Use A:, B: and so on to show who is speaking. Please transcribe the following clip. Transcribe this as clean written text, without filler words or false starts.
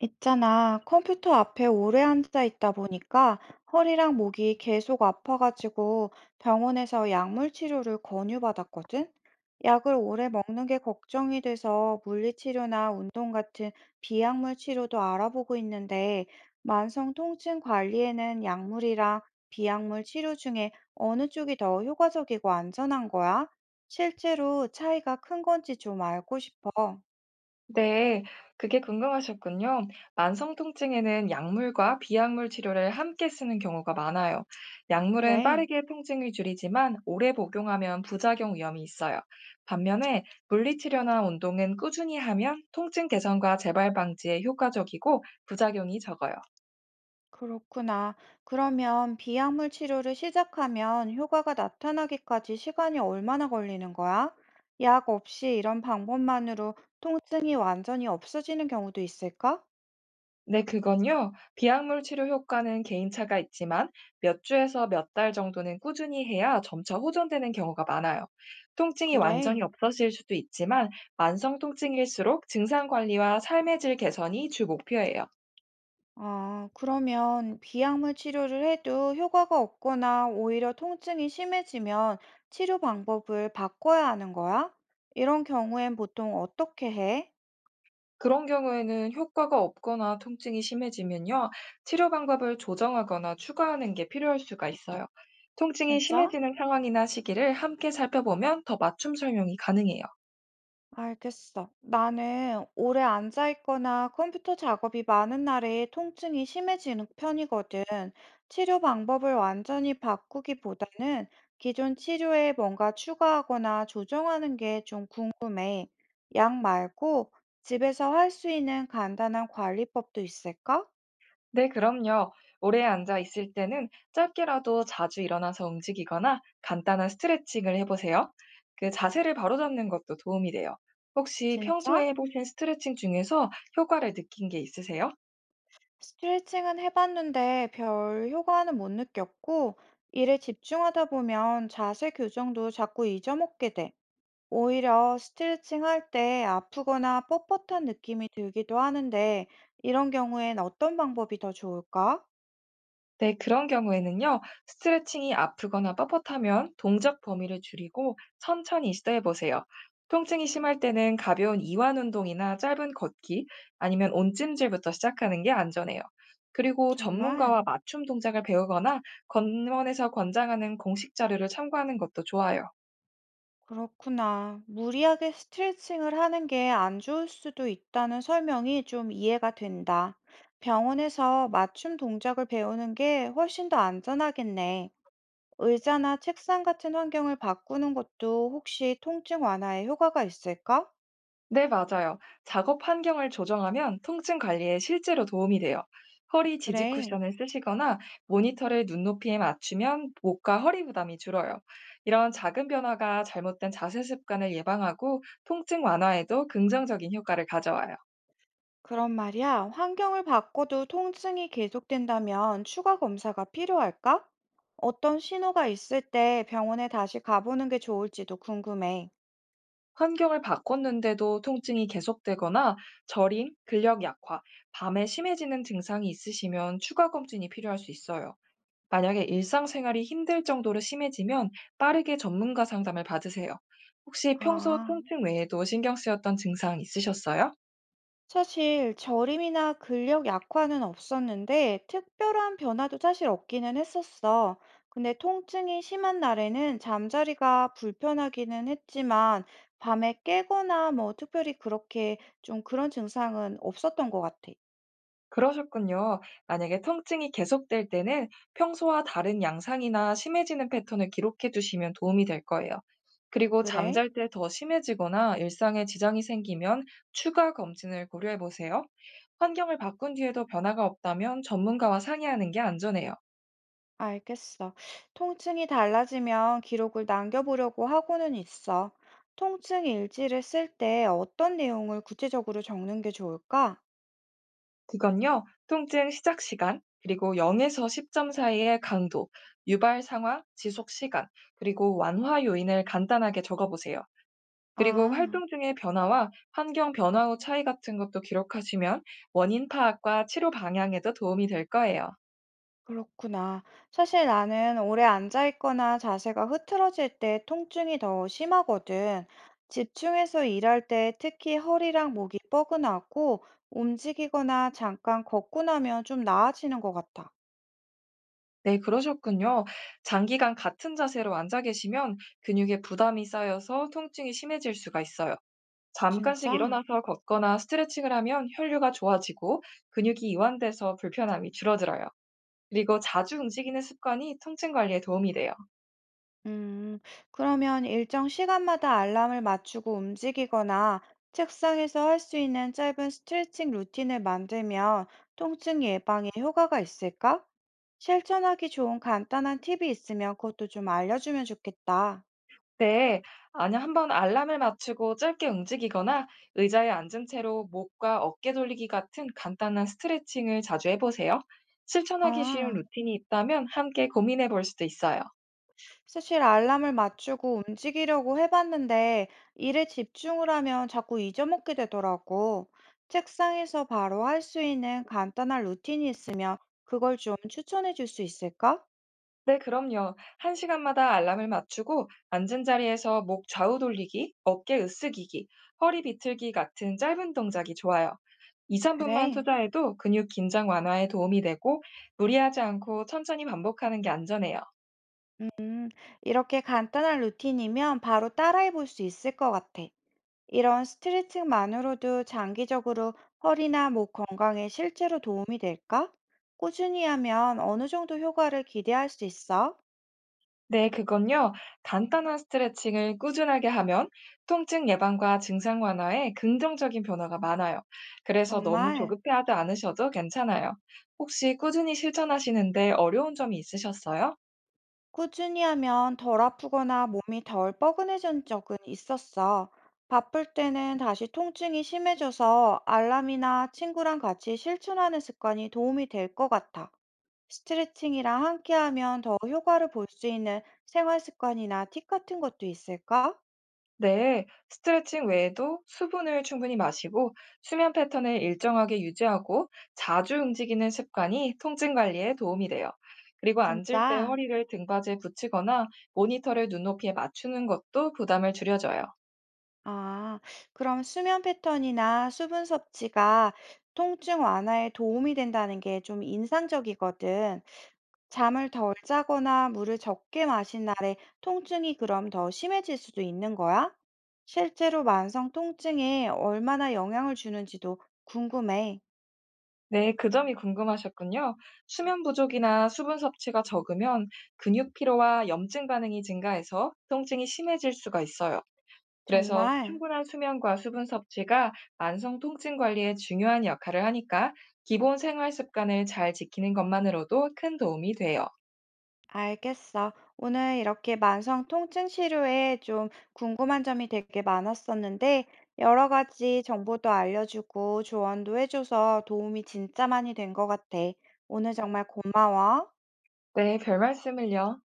A: 있잖아, 컴퓨터 앞에 오래 앉아 있다 보니까 허리랑 목이 계속 아파가지고 병원에서 약물 치료를 권유받았거든? 약을 오래 먹는 게 걱정이 돼서 물리치료나 운동 같은 비약물 치료도 알아보고 있는데, 만성 통증 관리에는 약물이랑 비약물 치료 중에 어느 쪽이 더 효과적이고 안전한 거야? 실제로 차이가 큰 건지 좀 알고 싶어.
B: 네, 그게 궁금하셨군요. 만성 통증에는 약물과 비약물 치료를 함께 쓰는 경우가 많아요. 약물은
A: 그래.
B: 빠르게 통증을 줄이지만 오래 복용하면 부작용 위험이 있어요. 반면에 물리치료나 운동은 꾸준히 하면 통증 개선과 재발 방지에 효과적이고 부작용이 적어요.
A: 그렇구나. 그러면 비약물 치료를 시작하면 효과가 나타나기까지 시간이 얼마나 걸리는 거야? 약 없이 이런 방법만으로 통증이 완전히 없어지는 경우도 있을까?
B: 네, 그건요. 비약물 치료 효과는 개인차가 있지만 몇 주에서 몇 달 정도는 꾸준히 해야 점차 호전되는 경우가 많아요. 통증이 완전히
A: 그래.
B: 없어질 수도 있지만 만성 통증일수록 증상 관리와 삶의 질 개선이 주 목표예요.
A: 아, 그러면 비약물 치료를 해도 효과가 없거나 오히려 통증이 심해지면 치료 방법을 바꿔야 하는 거야? 이런 경우엔 보통 어떻게 해?
B: 그런 경우에는 효과가 없거나 통증이 심해지면요. 치료 방법을 조정하거나 추가하는 게 필요할 수가 있어요. 통증이
A: 진짜?
B: 심해지는 상황이나 시기를 함께 살펴보면 더 맞춤 설명이 가능해요.
A: 알겠어. 나는 오래 앉아 있거나 컴퓨터 작업이 많은 날에 통증이 심해지는 편이거든. 치료 방법을 완전히 바꾸기보다는 기존 치료에 뭔가 추가하거나 조정하는 게 좀 궁금해. 약 말고 집에서 할 수 있는 간단한 관리법도 있을까?
B: 네, 그럼요. 오래 앉아 있을 때는 짧게라도 자주 일어나서 움직이거나 간단한 스트레칭을 해보세요. 그 자세를 바로잡는 것도 도움이 돼요. 혹시
A: 진짜?
B: 평소에 해보신 스트레칭 중에서 효과를 느낀 게 있으세요?
A: 스트레칭은 해봤는데 별 효과는 못 느꼈고, 일에 집중하다 보면 자세 교정도 자꾸 잊어먹게 돼. 오히려 스트레칭 할 때 아프거나 뻣뻣한 느낌이 들기도 하는데, 이런 경우엔 어떤 방법이 더 좋을까?
B: 네, 그런 경우에는요, 스트레칭이 아프거나 뻣뻣하면 동작 범위를 줄이고 천천히 시도해 보세요. 통증이 심할 때는 가벼운 이완 운동이나 짧은 걷기 아니면 온찜질부터 시작하는 게 안전해요. 그리고
A: 정말?
B: 전문가와 맞춤 동작을 배우거나 건원에서 권장하는 공식 자료를 참고하는 것도 좋아요.
A: 그렇구나. 무리하게 스트레칭을 하는 게 안 좋을 수도 있다는 설명이 좀 이해가 된다. 병원에서 맞춤 동작을 배우는 게 훨씬 더 안전하겠네. 의자나 책상 같은 환경을 바꾸는 것도 혹시 통증 완화에 효과가 있을까?
B: 네, 맞아요. 작업 환경을 조정하면 통증 관리에 실제로 도움이 돼요. 허리 지지
A: 그래.
B: 쿠션을 쓰시거나 모니터를 눈높이에 맞추면 목과 허리 부담이 줄어요. 이런 작은 변화가 잘못된 자세 습관을 예방하고 통증 완화에도 긍정적인 효과를 가져와요.
A: 그런 말이야, 환경을 바꿔도 통증이 계속된다면 추가 검사가 필요할까? 어떤 신호가 있을 때 병원에 다시 가보는 게 좋을지도 궁금해.
B: 환경을 바꿨는데도 통증이 계속되거나 저림, 근력 약화, 밤에 심해지는 증상이 있으시면 추가 검진이 필요할 수 있어요. 만약에 일상생활이 힘들 정도로 심해지면 빠르게 전문가 상담을 받으세요. 혹시 평소
A: 아,
B: 통증 외에도 신경 쓰였던 증상 있으셨어요?
A: 사실 저림이나 근력 약화는 없었는데 특별한 변화도 사실 없기는 했었어. 근데 통증이 심한 날에는 잠자리가 불편하기는 했지만 밤에 깨거나 뭐 특별히 그렇게 좀 그런 증상은 없었던 것 같아.
B: 그러셨군요. 만약에 통증이 계속될 때는 평소와 다른 양상이나 심해지는 패턴을 기록해 두시면 도움이 될 거예요. 그리고
A: 그래?
B: 잠잘 때 더 심해지거나 일상에 지장이 생기면 추가 검진을 고려해 보세요. 환경을 바꾼 뒤에도 변화가 없다면 전문가와 상의하는 게 안전해요.
A: 알겠어. 통증이 달라지면 기록을 남겨보려고 하고는 있어. 통증 일지를 쓸 때 어떤 내용을 구체적으로 적는 게 좋을까?
B: 그건요, 통증 시작 시간, 그리고 0에서 10점 사이의 강도, 유발 상황, 지속 시간, 그리고 완화 요인을 간단하게 적어보세요. 그리고
A: 아,
B: 활동 중의 변화와 환경 변화 후 차이 같은 것도 기록하시면 원인 파악과 치료 방향에도 도움이 될 거예요.
A: 그렇구나. 사실 나는 오래 앉아 있거나 자세가 흐트러질 때 통증이 더 심하거든. 집중해서 일할 때 특히 허리랑 목이 뻐근하고 움직이거나 잠깐 걷고 나면 좀 나아지는 것 같아.
B: 네, 그러셨군요. 장기간 같은 자세로 앉아 계시면 근육에 부담이 쌓여서 통증이 심해질 수가 있어요. 잠깐씩
A: 진짜?
B: 일어나서 걷거나 스트레칭을 하면 혈류가 좋아지고 근육이 이완돼서 불편함이 줄어들어요. 그리고 자주 움직이는 습관이 통증 관리에 도움이 돼요.
A: 음, 그러면 일정 시간마다 알람을 맞추고 움직이거나 책상에서 할 수 있는 짧은 스트레칭 루틴을 만들면 통증 예방에 효과가 있을까? 실천하기 좋은 간단한 팁이 있으면 그것도 좀 알려주면 좋겠다.
B: 네, 아니 한번 알람을 맞추고 짧게 움직이거나 의자에 앉은 채로 목과 어깨 돌리기 같은 간단한 스트레칭을 자주 해보세요. 실천하기 쉬운
A: 아,
B: 루틴이 있다면 함께 고민해 볼 수도 있어요.
A: 사실 알람을 맞추고 움직이려고 해봤는데 일에 집중을 하면 자꾸 잊어먹게 되더라고. 책상에서 바로 할 수 있는 간단한 루틴이 있으면 그걸 좀 추천해 줄 수 있을까?
B: 네, 그럼요. 한 시간마다 알람을 맞추고 앉은 자리에서 목 좌우 돌리기, 어깨 으쓱이기, 허리 비틀기 같은 짧은 동작이 좋아요. 2~3 분만
A: 그래.
B: 투자해도 근육 긴장 완화에 도움이 되고 무리하지 않고 천천히 반복하는 게 안전해요.
A: 이렇게 간단한 루틴이면 바로 따라해 볼 수 있을 것 같아. 이런 스트레칭만으로도 장기적으로 허리나 목 건강에 실제로 도움이 될까? 꾸준히 하면 어느 정도 효과를 기대할 수 있어?
B: 네, 그건요. 간단한 스트레칭을 꾸준하게 하면 통증 예방과 증상 완화에 긍정적인 변화가 많아요. 그래서 너무
A: 정말
B: 조급해하지 않으셔도 괜찮아요. 혹시 꾸준히 실천하시는데 어려운 점이 있으셨어요?
A: 꾸준히 하면 덜 아프거나 몸이 덜 뻐근해진 적은 있었어. 바쁠 때는 다시 통증이 심해져서 알람이나 친구랑 같이 실천하는 습관이 도움이 될 것 같아. 스트레칭이랑 함께하면 더 효과를 볼 수 있는 생활 습관이나 팁 같은 것도 있을까?
B: 네, 스트레칭 외에도 수분을 충분히 마시고 수면 패턴을 일정하게 유지하고 자주 움직이는 습관이 통증 관리에 도움이 돼요. 그리고 앉을 때
A: 진짜?
B: 허리를 등받이에 붙이거나 모니터를 눈높이에 맞추는 것도 부담을 줄여줘요.
A: 아, 그럼 수면 패턴이나 수분 섭취가 통증 완화에 도움이 된다는 게 좀 인상적이거든. 잠을 덜 자거나 물을 적게 마신 날에 통증이 그럼 더 심해질 수도 있는 거야? 실제로 만성 통증에 얼마나 영향을 주는지도 궁금해.
B: 네, 그 점이 궁금하셨군요. 수면 부족이나 수분 섭취가 적으면 근육 피로와 염증 반응이 증가해서 통증이 심해질 수가 있어요. 그래서
A: 정말?
B: 충분한 수면과 수분 섭취가 만성 통증 관리에 중요한 역할을 하니까 기본 생활 습관을 잘 지키는 것만으로도 큰 도움이 돼요.
A: 알겠어. 오늘 이렇게 만성 통증 치료에 좀 궁금한 점이 되게 많았었는데, 여러 가지 정보도 알려주고 조언도 해줘서 도움이 진짜 많이 된 것 같아. 오늘 정말 고마워.
B: 네, 별 말씀을요.